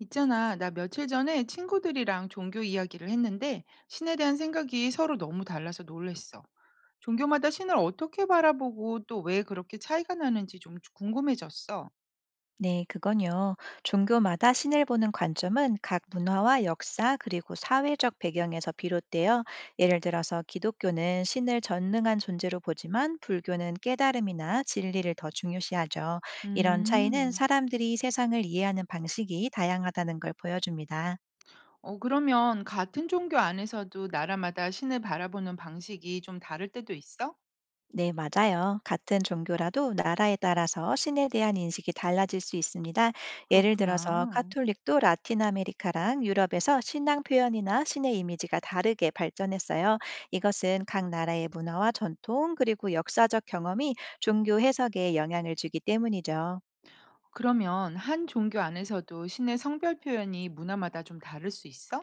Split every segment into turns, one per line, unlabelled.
있잖아, 나 며칠 전에 친구들이랑 종교 이야기를 했는데 신에 대한 생각이 서로 너무 달라서 놀랬어. 종교마다 신을 어떻게 바라보고 또 왜 그렇게 차이가 나는지 좀 궁금해졌어.
네, 그건요. 종교마다 신을 보는 관점은 각 문화와 역사 그리고 사회적 배경에서 비롯되어 예를 들어서 기독교는 신을 전능한 존재로 보지만 불교는 깨달음이나 진리를 더 중요시하죠. 이런 차이는
음.
사람들이 세상을 이해하는 방식이 다양하다는 걸 보여줍니다.
그러면 같은 종교 안에서도 나라마다 신을 바라보는 방식이 좀 다를 때도 있어?
네, 맞아요. 같은 종교라도 나라에 따라서 신에 대한 인식이 달라질 수 있습니다. 예를 들어서
그렇구나.
카톨릭도 라틴 아메리카랑 유럽에서 신앙 표현이나 신의 이미지가 다르게 발전했어요. 이것은 각 나라의 문화와 전통, 그리고 역사적 경험이 종교 해석에 영향을 주기 때문이죠.
그러면 한 종교 안에서도 신의 성별 표현이 문화마다 좀 다를 수 있어?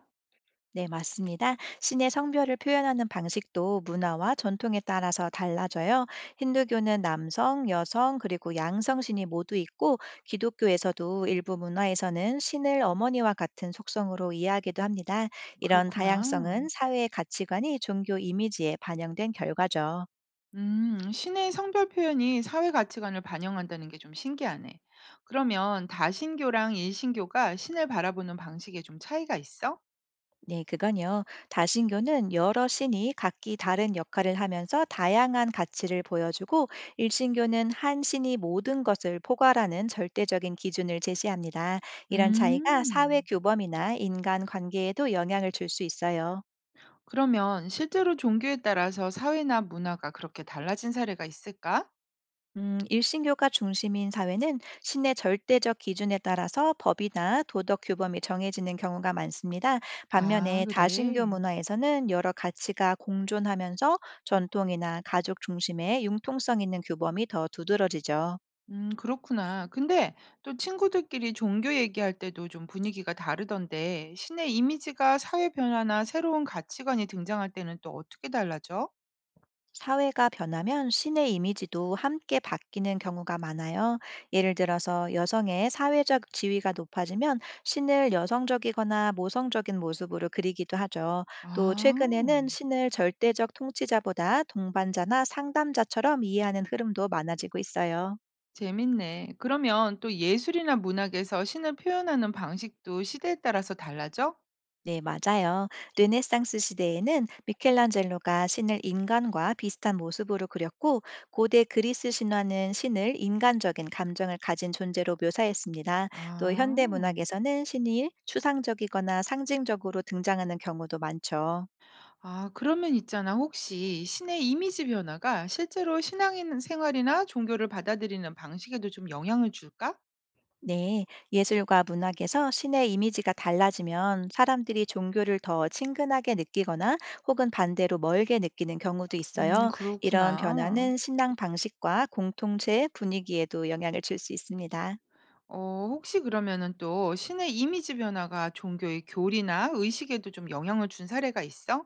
네, 맞습니다. 신의 성별을 표현하는 방식도 문화와 전통에 따라서 달라져요. 힌두교는 남성, 여성, 그리고 양성 신이 모두 있고, 기독교에서도 일부 문화에서는 신을 어머니와 같은 속성으로 이해하기도 합니다. 이런
그렇구나.
다양성은 사회의 가치관이 종교 이미지에 반영된 결과죠.
신의 성별 표현이 사회 가치관을 반영한다는 게 좀 신기하네. 그러면 다신교랑 일신교가 신을 바라보는 방식에 좀 차이가 있어?
네, 그건요. 다신교는 여러 신이 각기 다른 역할을 하면서 다양한 가치를 보여주고, 일신교는 한 신이 모든 것을 포괄하는 절대적인 기준을 제시합니다. 이런 차이가 사회
음,
규범이나 인간 관계에도 영향을 줄 수 있어요.
그러면 실제로 종교에 따라서 사회나 문화가 그렇게 달라진 사례가 있을까?
일신교가 중심인 사회는 신의 절대적 기준에 따라서 법이나 도덕 규범이 정해지는 경우가 많습니다.
아,
반면에 다신교
그래.
문화에서는 여러 가치가 공존하면서 전통이나 가족 중심의 융통성 있는 규범이 더 두드러지죠.
그렇구나. 근데 또 친구들끼리 종교 얘기할 때도 좀 분위기가 다르던데, 신의 이미지가 사회 변화나 새로운 가치관이 등장할 때는 또 어떻게 달라져?
사회가 변하면 신의 이미지도 함께 바뀌는 경우가 많아요. 예를 들어서 여성의 사회적 지위가 높아지면 신을 여성적이거나 모성적인 모습으로 그리기도 하죠. 또 최근에는
아.
신을 절대적 통치자보다 동반자나 상담자처럼 이해하는 흐름도 많아지고 있어요.
재밌네. 그러면 또 예술이나 문학에서 신을 표현하는 방식도 시대에 따라서 달라져?
네, 맞아요. 르네상스 시대에는 미켈란젤로가 신을 인간과 비슷한 모습으로 그렸고, 고대 그리스 신화는 신을 인간적인 감정을 가진 존재로 묘사했습니다. 또
아.
현대 문학에서는 신이 추상적이거나 상징적으로 등장하는 경우도 많죠.
아, 그러면 있잖아. 혹시 신의 이미지 변화가 실제로 신앙인 생활이나 종교를 받아들이는 방식에도 좀 영향을 줄까?
네, 예술과 문학에서 신의 이미지가 달라지면 사람들이 종교를 더 친근하게 느끼거나 혹은 반대로 멀게 느끼는 경우도 있어요. 이런
그렇구나.
변화는 신앙 방식과 공동체 분위기에도 영향을 줄 수 있습니다.
혹시 그러면은 또 신의 이미지 변화가 종교의 교리나 의식에도 좀 영향을 준 사례가 있어?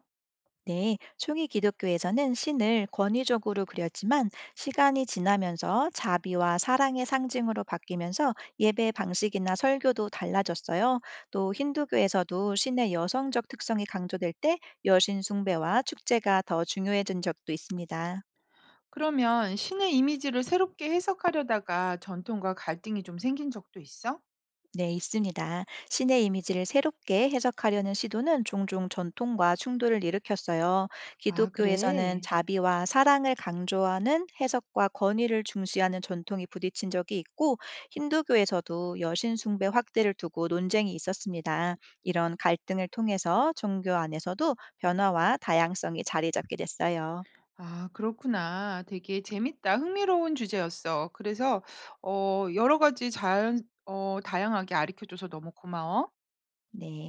네, 초기 기독교에서는 신을 권위적으로 그렸지만 시간이 지나면서 자비와 사랑의 상징으로 바뀌면서 예배 방식이나 설교도 달라졌어요. 또 힌두교에서도 신의 여성적 특성이 강조될 때 여신 숭배와 축제가 더 중요해진 적도 있습니다.
그러면 신의 이미지를 새롭게 해석하려다가 전통과 갈등이 좀 생긴 적도 있어?
네, 있습니다. 신의 이미지를 새롭게 해석하려는 시도는 종종 전통과 충돌을 일으켰어요.
아,
기독교에서는
그래?
자비와 사랑을 강조하는 해석과 권위를 중시하는 전통이 부딪힌 적이 있고, 힌두교에서도 여신 숭배 확대를 두고 논쟁이 있었습니다. 이런 갈등을 통해서 종교 안에서도 변화와 다양성이 자리 잡게 됐어요.
아, 그렇구나. 되게 재밌다. 흥미로운 주제였어. 그래서 여러 가지 잘 다양하게 가르쳐 줘서 너무 고마워.
네.